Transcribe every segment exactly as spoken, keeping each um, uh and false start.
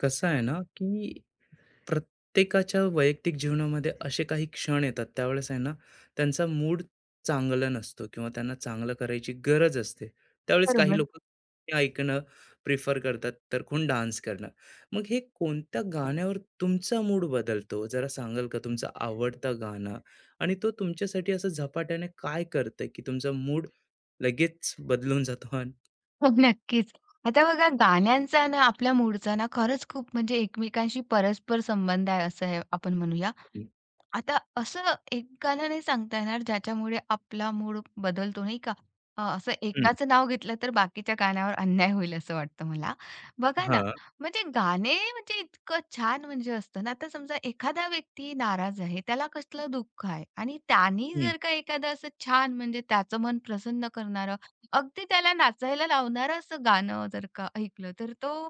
कसं आहे ना, की प्रत्येकाच्या वैयक्तिक जीवनामध्ये असे काही क्षण येतात, त्यावेळेस आहे ना, त्यांचा मूड चांगला नसतो किंवा त्यांना चांगलं करायची गरज असते. त्यावेळेस काही बरोबर. लोकं ऐकणं प्रिफर करतात, तर कोण डान्स करणं. मग हे कोणत्या गाण्यावर तुमचा मूड बदलतो? जरा सांगाल का तुमचं आवडतं गाणं आणि तो तुमच्यासाठी असं झपाट्याने काय करतंय, की तुमचा मूड लगेच बदलून जातो? आणि हो, नक्कीच. आता बघा गाण्यांचा ना आपल्या मूडचा ना खरंच खूप म्हणजे एकमेकांशी परस्पर संबंध आहे असं हे आपण म्हणूया. आता असं एकाला नाही सांगता येणार ज्याच्यामुळे आपला मूड बदलतो नाही का? अ, असं हं. एकाचं नाव घेतलं तर बाकीच्या कानावर अन्याय होईल असं वाटतं मला. बघा ना, हां. म्हणजे गाणे म्हणजे इतकं छान म्हणजे असतं ना, आता समजा एखादा व्यक्ती नाराज आहे, त्याला कसलं दुःख आहे आणि त्यानी हं. जर का एखादं असं छान म्हणजे त्याचं मन प्रसन्न करणारं, अगदी त्याला नाचायला लावणारं असं गाणं जर का ऐकलं, तर तो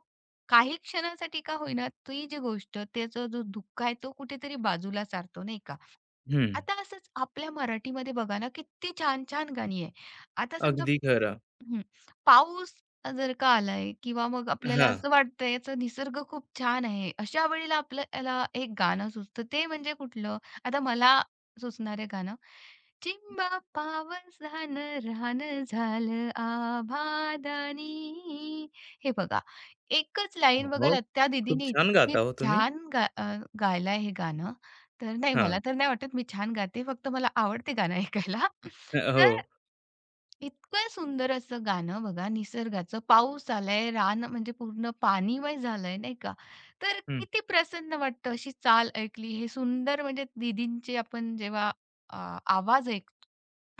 काही क्षणासाठी का होईना, ती जी गोष्ट त्याचा जो धुक्का आहे तो कुठेतरी बाजूला सारतो, नाही का? हं. आता असंच आपल्या मराठीमध्ये बघा ना, किती छान-छान गाणी आहे. आता समजा अगदी खरं. हं. पाऊस जर का आलाय किंवा मग आपल्याला हां. असं वाटतंय याचा निसर्ग खूप छान आहे. अशा वेळेला आपल्याला एक गाणं सुचतं ते म्हणजे कुठलं? आता मला सुचणारे गाणं चिंबा पावसान रान झालं आभादानी. हे बघा एकच लाईन बघा मग? लत्या खूप दीदीने छान इतकी गाता हो तुम्ही. छान गा अ, गायलंय हे गाणं. तर नाही हां. मला तर नाही वाटत मी छान गाते. फक्त मला आवडते गाणं ऐकायला. अ, हो. तर इतकं सुंदर असं गाणं बघा निसर्गाचं. पाऊस आलाय, रान म्हणजे पूर्ण पाणीमय झालंय, नाही का? तर हं. किती प्रसन्न वाटतं अशी चाल ऐकली. हे सुंदर म्हणजे दीदींचे आपण जेव्हा अ, आवाज ऐक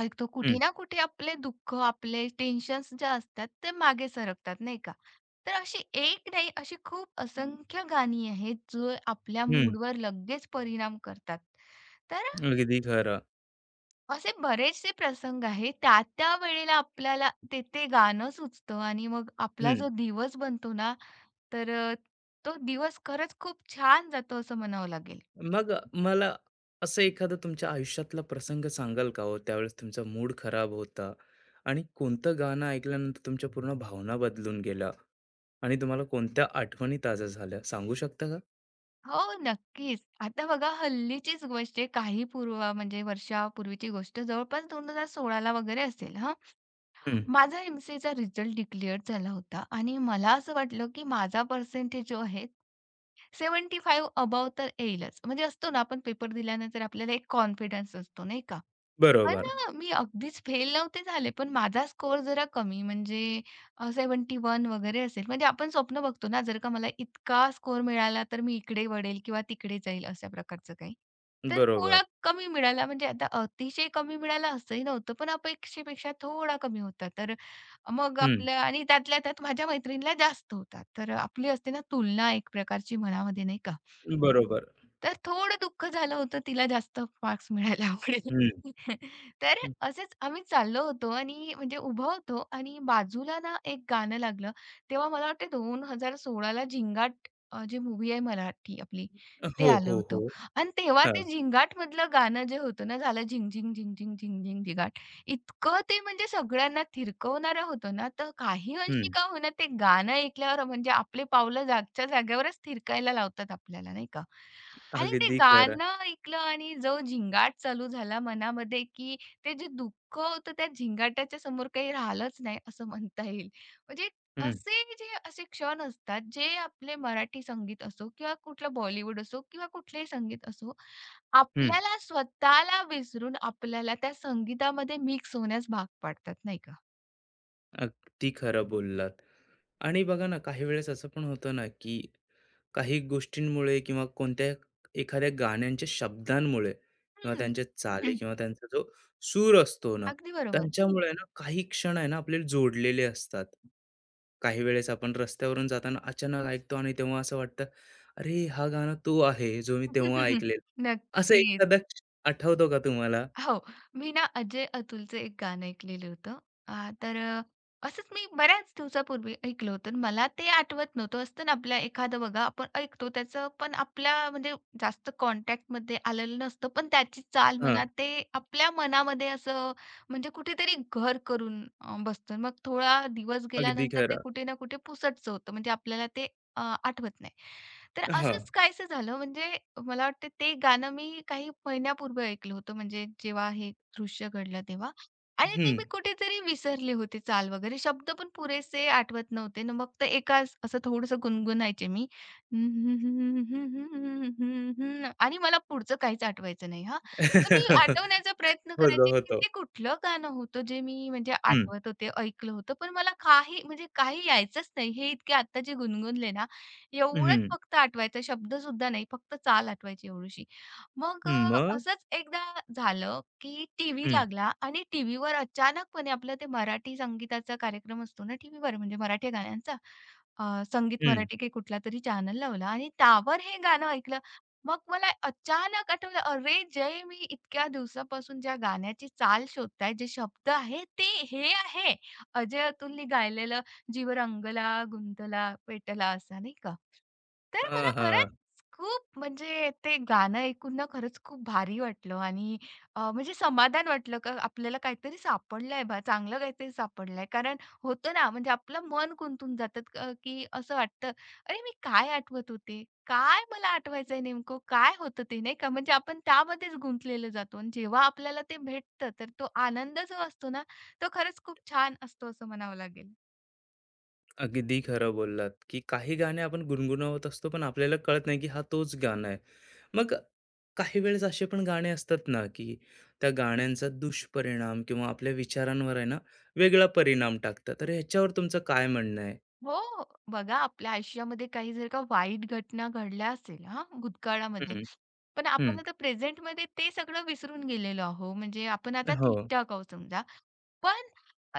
ऐकतो हं. कुठे ना कुठे आपले दुःख, आपले टेन्शन्स ज्या असतात ते मागे सरकतात, नाही का? तर अशी एक नाही, अशी खूप असंख्य गाणी आहेत, जो आपल्या हं. मूडवर लगेच परिणाम करतात. तर अगदी खरं. असे बरेचसे प्रसंग आहेत. त्या, त्या वेळेला आपल्याला ते, ते गाणं सुचतं आणि मग आपला हं. जो दिवस बनतो ना, तर अ, तो दिवस खरंच खूप छान जातो असं म्हणावं लागेल. मग अ, मला असं एखादा तुमच्या आयुष्यातला प्रसंग सांगाल का हो? त्यावेळेस तुमचा मूड खराब होता आणि कोणतं गाणं ऐकल्यानंतर तुमच्या पूर्ण भावना बदलून गेल्या आणि तुम्हाला कोणत्या आठवणी ताज्या झाल्या? सांगू शकता का? हो, नक्कीच. आता बघा हल्लीचीच गोष्ट आहे काही पूर्व म्हणजे वर्षापूर्वीची गोष्ट जवळपास दोन हजार सोळाला वगैरे असेल हां. हं. माझा एम सी चा रिझल्ट डिक्लेअर झाला होता आणि मला असं वाटलं, की माझा पर्सेंटेज जो आहे पंच्याहत्तर अबोव्ह तर येईलच. म्हणजे असतो ना, आपण पेपर दिल्यानंतर आपल्याला एक कॉन्फिडन्स असतो, नाही का? पण बरोबर. अ, मी अगदीच फेल नव्हते झाले, पण माझा स्कोर जरा कमी म्हणजे अ, एक्काहत्तर वगैरे असेल. म्हणजे आपण स्वप्न बघतो ना, जर का मला इतका स्कोर मिळाला, तर मी इकडे वळेल किंवा तिकडे जाईल अशा प्रकारचं काही. तर बरोबर. थोडा कमी मिळाला म्हणजे आता अतिशय कमी मिळाला असंही नव्हतं, पण अपेक्षेपेक्षा थोडा कमी होता. तर मग हं. आपल्या आणि त्यातल्या त्यात माझ्या मैत्रिणीला जास्त होता. तर आपली असते ना तुलना एक प्रकारची मनामध्ये नाही बरोबर. तर थोडं दुःख झालं होतं तिला जास्त मार्क्स मिळाल्यामुळे. हं. तर असेच आम्ही चाललो होतो आणि म्हणजे उभं होतो आणि बाजूला ना एक गाणं लागलं. तेव्हा मला वाटते दोन हजार ला झिंगाट अ, जी मूव्ही आहे मराठी आपली, ते हो, आलं हो, होतं हो. आणि तेव्हा हां. ते झिंगाटमधलं गाणं जे होतं ना, झालं झिंग, झिंग, झिंग, झिंग, झिंग, झिंग, झिंगाट. इतकं ते म्हणजे सगळ्यांना थिरकवणारं होतं ना, तर काही अंशी हं. का होईना ते गाणं ऐकल्यावर म्हणजे आपले पावलं जागच्या जागेवरच थिरकायला लावतात आपल्याला, नाही का? आणि ते अगदी खरं. गाणं ऐकलं आणि जो झिंगाट चालू झाला मनामध्ये, की ते जे दुःख होतं त्या झिंगाटाच्या समोर काही राहिलंच नाही असं म्हणता येईल. म्हणजे हं. असे जे असे क्षण असतात, जे आपले मराठी संगीत असो किंवा कुठलं बॉलिवूड असो किंवा कुठलंही संगीत असो, हं. आपल्याला स्वतःला विसरून आपल्याला त्या संगीतामध्ये मिक्स होण्यास भाग पाडतात, नाही का? अगदी खरं बोललात. आणि बघा ना, काही वेळेस असं पण होतं ना, की काही गोष्टींमुळे किंवा कोणत्या एखाद्या गाण्यांच्या शब्दांमुळे किंवा हं. त्यांच्या चाली हं, किंवा त्यांचा जो सूर असतो ना, अगदी बरोबर. त्यांच्यामुळे ना काही क्षण आहे ना आपल्याला जोडलेले असतात. काही वेळेस आपण रस्त्यावरून जाताना अचानक ऐकतो आणि तेव्हा असं वाटतं, "अरे, हा गाणं तो आहे जो मी तेव्हा ऐकलेलं." असं नक्कीच. एखादा क्षण आठवतो का तुम्हाला? हो. मी ना अजय अतुलचं एक गाणं ऐकलेलं होतं. अ, तर अ, असंच मी बऱ्याच दिवसापूर्वी ऐकलं होतं. मला ते आठवत नव्हतं. असतं ना आपल्या एखादं बघा आपण ऐकतो त्याचं पण आपल्या म्हणजे जास्त कॉन्टॅक्टमध्ये आलेलं नसतं. पण त्याची चाल हां, म्हणा ते आपल्या मनामध्ये असं म्हणजे कुठेतरी घर करून अ, बसतं. मग थोडा दिवस अगदी गेल्यानंतर ते खरं. कुठे ना कुठे पुसटचं होतं. म्हणजे आपल्याला ते अ, आठवत नाही. तर हां. असंच काहीसं झालं म्हणजे मला वाटतं ते गाणं मी काही महिन्यापूर्वी ऐकलं होतं म्हणजे जेव्हा हे दृश्य घडलं तेव्हा आणि ते हं. मी कुठेतरी विसरले होते चाल वगैरे शब्द पण पुरेसे आठवत नव्हते ना मग तर एकाच असं थोडंसं गुणगुणायचे मी. आणि मला पुढचं काहीच आठवायचं नाही हा. तर मी आठवण्याचा प्रयत्न होतो, करायचे की होतो. ते कुठलं गाणं होतं जे मी म्हणजे हं. आठवत होते ऐकलं होतं पण मला काही म्हणजे काही यायचंच नाही हे इतके आता जे गुणगुणले ना हं. एवढंच हं. फक्त आठवायचं, शब्द सुद्धा नाही, फक्त चाल आठवायची एवढीशी. मग अ, मग? असंच एकदा झालं, की टीव्ही हं. लागला आणि टीव्हीवर अचानकपणे आपलं ते मराठी संगीताचा कार्यक्रम असतो ना टीव्हीवर, म्हणजे मराठी गाण्यांचा. अ, संगीत हं. मराठी काही कुठलातरी चॅनल लावला आणि त्यावर हे गाणं ऐकलं. मग मला अचानक आठवलं, अरे जय मी इतक्या दिवसापासून ज्या गाण्याची चाल शोधताय, जे शब्द आहे ते हे आहे. अजय अतुलनी गायलेलं "जीव रंगला, गुंतला, पेटला" असा नाही का. तर मला हां, खरंच हां. खूप म्हणजे ते गाणं ऐकून ना खरंच खूप भारी वाटलं आणि अ, म्हणजे समाधान वाटलं, का आपल्याला काहीतरी सापडलंय बा, चांगलं काहीतरी सापडलंय. कारण होतं ना, म्हणजे आपलं मन गुंतून जातं अ, की असं वाटतं, "अरे, मी काय आठवत होते? काय मला आठवायचंय नेमकं? काय होतं ते?" नाही का? म्हणजे आपण त्यामध्येच गुंतलेलं जातो आणि जेव्हा आपल्याला ते भेटतं, तर तो आनंद जो असतो ना, तो खरंच खूप छान असतो असं म्हणावं लागेल. अगदी खरं बोललात, की काही गाणे आपण गुणगुणवत असतो, पण आपल्याला कळत नाही, की हा तोच गाणं आहे. मग काही वेळेस असे पण गाणे असतात ना, की त्या गाण्यांचा दुष्परिणाम किंवा आपल्या विचारांवर आहे ना, वेगळा परिणाम टाकतात. तर ह्याच्यावर तुमचं काय म्हणणं आहे? हो, बघा आपल्या आयुष्यामध्ये काही जर का वाईट घटना घडल्या असेल हां, भूतकाळामध्ये, हं. पण आपण हं. आता प्रेझेंटमध्ये ते सगळं विसरून गेलेलो आहो. म्हणजे आपण आता हो. ठीक आहोत समजा. पण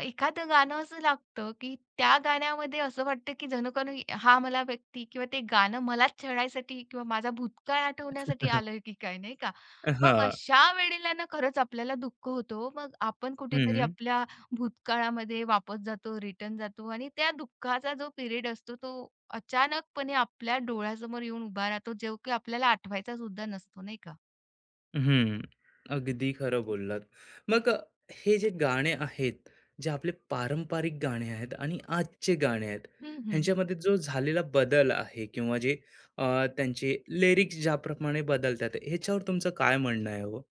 एखादं गाणं असं लागतं, की त्या गाण्यामध्ये असं वाटतं, की जणू काही हा मला व्यक्ती किंवा ते गाणं मलाच छळायसाठी किंवा माझा भूतकाळ आठवण्यासाठी आलंय की काय, नाही का? मग हां. अशा वेळेला ना खरंच आपल्याला दुःख होतो हो. मग आपण कुठेतरी हं. आपल्या भूतकाळामध्ये वापस जातो, रिटर्न जातो आणि त्या दुःखाचा जो पिरियड असतो तो अचानकपणे आपल्या डोळ्यासमोर येऊन उभा राहतो, जो की आपल्याला आठवायचा सुद्धा नसतो, नाही का? हं, अगदी खरं बोललात. मग अ, हे जे गाणे आहेत, जे आपले पारंपरिक गाणे आहेत आणि आजचे गाणे आहेत, हं, हं. ह्यांच्यामध्ये जो झालेला बदल आहे किंवा जे अ, त्यांचे लिरिक्स ज्याप्रमाणे बदलतात, ह्याच्यावर तुमचं काय म्हणणं आहे हो?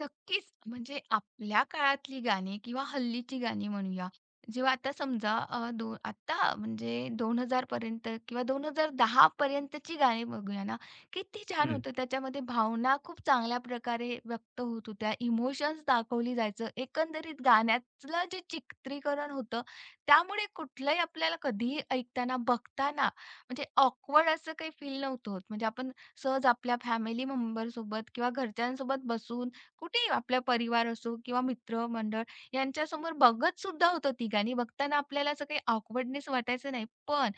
नक्कीच. म्हणजे आपल्या काळातली गाणी किंवा हल्लीची गाणी म्हणूया, जेव्हा आता समजा अ, दो आता म्हणजे दोन हजार पर्यंत किंवा दोन हजार दहा पर्यंतची गाणी बघूया ना, किती छान हं. होतं. त्याच्यामध्ये भावना खूप चांगल्या प्रकारे व्यक्त होत होत्या. इमोशन्स दाखवली जायचं. एकंदरीत गाण्यातलं जे चित्रीकरण होतं, त्यामुळे कुठलंही आपल्याला कधीही ऐकताना, बघताना म्हणजे ऑकवर्ड असं काही फील नव्हतं होत. म्हणजे आपण सहज आपल्या फॅमिली मेंबरसोबत किंवा घरच्यांसोबत बसून कुठेही आपला परिवार असो किंवा मित्रमंडळ यांच्यासमोर बघत सुद्धा होतो ती गाणी. बघताना आपल्याला असं काही ऑकवर्डनेस वाटायचं नाही. पण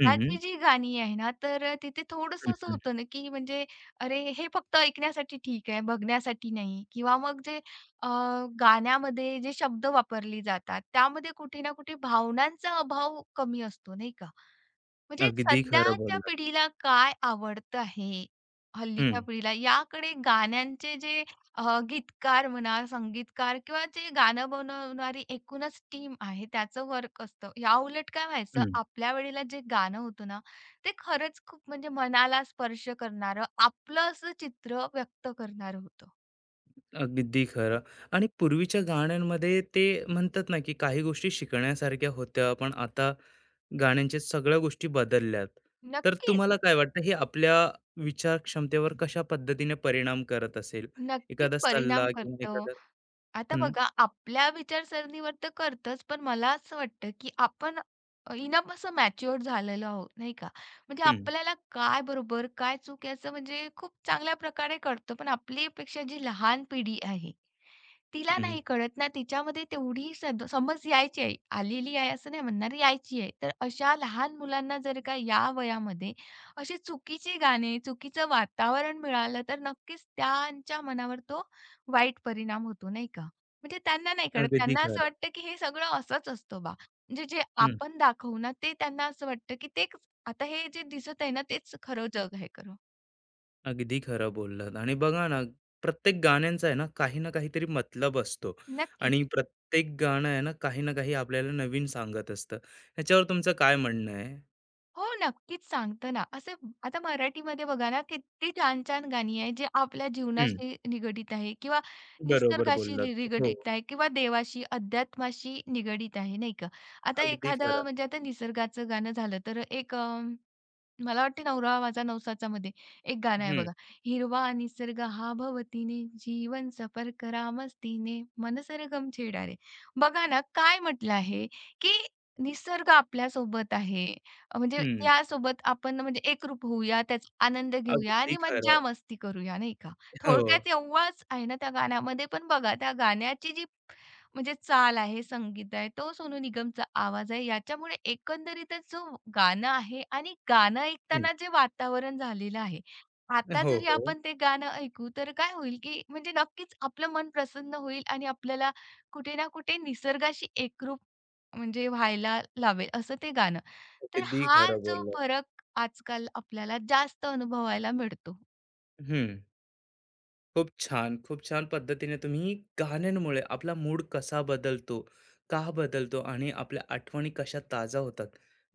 हं. जी गाणी आहे ना, तर अ, तिथे हं. थोडंसं असं हं. होतं ना, की म्हणजे अरे, हे फक्त ऐकण्यासाठी ठीक आहे, बघण्यासाठी नाही किंवा मग जे अ, गाण्यामध्ये जे शब्द वापरले जातात, त्यामध्ये कुठे ना कुठे भावनांचा अभाव कमी असतो, नाही का? म्हणजे अगदी खरं सध्याच्या बोललात. पिढीला काय आवडतं आहे? हल्लीच्या हं. पिढीला याकडे गाण्यांचे जे अ, गीतकार म्हणा, संगीतकार किंवा जे गाणं बनवणारी एकूणच टीम आहे त्याचं वर्क असतं. याउलट काय व्हायचं हं. आपल्या वेळेला जे गाणं होतं ना, ते खरंच खूप म्हणजे मनाला स्पर्श करणारं, आपलं असं चित्र व्यक्त करणारं होतं. अगदी खरं आणि पूर्वीच्या गाण्यांमध्ये ते म्हणतात ना, की काही गोष्टी शिकण्यासारख्या होत्या, पण आता गाण्यांच्या सगळ्या गोष्टी बदलल्यात. तर नक्कीच, तुम्हाला काय वाटतं हे आपल्या विचार क्षमतेवर कशा पद्धतीने परिणाम करत असेल? नक्कीच एखादा परिणाम सल्ला किंवा करतो. एखादा आता हं. बघा, आपल्या विचारसरणीवर तर करतंच, पण मला असं वाटतं, की आपण अ, इनफ असं मॅच्युअर्ड झालेलो आहोत, नाही का? म्हणजे हं. आपल्याला काय बरोबर, काय चूक याचं म्हणजे खूप चांगल्या प्रकारे कळतं. पण आपली पेक्षा जी लहान पिढी आहे तिला हं. नाही कळत ना, तिच्यामध्ये तेवढी सद समज यायची आहे. आलेली आहे असं नाही म्हणणार, यायची आहे. तर अशा लहान मुलांना जर का या वयामध्ये अशी चुकीची गाणी, चुकीचं वातावरण मिळालं, तर नक्कीच त्यांच्या मनावर तो वाईट परिणाम होतो, नाही का? म्हणजे त्यांना नाही कळत. अगदी त्यांना असं खरं. वाटतं, की हे सगळं असंच असतं बा. म्हणजे जे हं, आपण दाखवू ना, ते त्यांना असं वाटतं, की तेच आता हे जे दिसत आहे ना, तेच खरं जग आहे खरं. अगदी खरं बोललात आणि बघा ना, प्रत्येक गाण्यांचा आहे ना, काही ना काहीतरी मतलब असतो नक्कीच. आणि प्रत्येक गाणं आहे ना, काही ना काही आपल्याला नवीन सांगत असतं. ह्याच्यावर तुमचं काय म्हणणं आहे? हो, नक्कीच सांगतो ना. असं आता मराठीमध्ये बघा ना, किती छान-छान गाणी आहेत, जे आपल्या हं, जीवनाशी निगडीत आहे किंवा बरोबर निसर्गाशी बोललात. नि हो, निगडीत आहे किंवा देवाशी, अध्यात्माशी निगडीत आहे, नाही का? आता अगदी एखादं खरं. म्हणजे आता निसर्गाचं गाणं झालं, तर एक मला वाटते नवरा माझा नवसाचा मध्ये एक गाणं आहे हं. बघा. हिरवा निसर्ग हा भवतीने, जीवन सफर करा मस्तीने, मन सरगम छेडा रे. बघा ना, काय म्हटलं आहे, की निसर्ग आपल्यासोबत आहे. अ, म्हणजे हं. त्यासोबत आपण म्हणजे एकरूप होऊया, त्याचा आनंद घेऊया अगदी आणि मज्जा खरं. मस्ती करूया, नाही का? हो. थोडक्यात एवढंच आहे ना त्या गाण्यामध्ये. पण बघा, त्या गाण्याची जी म्हणजे चाल आहे, संगीत आहे, तो सोनू निगमचा आवाज आहे. याच्यामुळे एकंदरीतच जो गाणं आहे आणि गाणं ऐकताना जे वातावरण झालेलं आहे. आता हो, जरी हो. आपण ते गाणं ऐकू, तर काय होईल, की म्हणजे नक्कीच आपलं मन प्रसन्न होईल आणि आपल्याला कुठे ना कुठे निसर्गाशी एकरूप म्हणजे व्हायला लावेल असं ते गाणं. तर अगदी हा खरं जो बोललात. फरक आजकाल आपल्याला जास्त अनुभवायला मिळतो. हं. खूप छान, खूप छान पद्धतीने तुम्ही गाण्यांमुळे आपला मूड कसा बदलतो, का बदलतो आणि आपल्या आठवणी कशा ताजा होतात,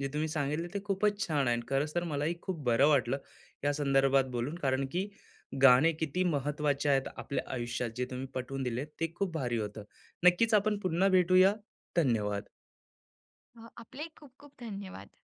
जे तुम्ही सांगितले ते खूपच छान आहे. आणि खरंच तर मलाही खूप बरं वाटलं या संदर्भात बोलून, कारण की गाणे किती महत्त्वाचे आहेत आपल्या आयुष्यात, जे तुम्ही पटवून दिले ते खूप भारी होतं. नक्कीच आपण पुन्हा भेटूया. धन्यवाद. अ, आपले खूप खूप धन्यवाद.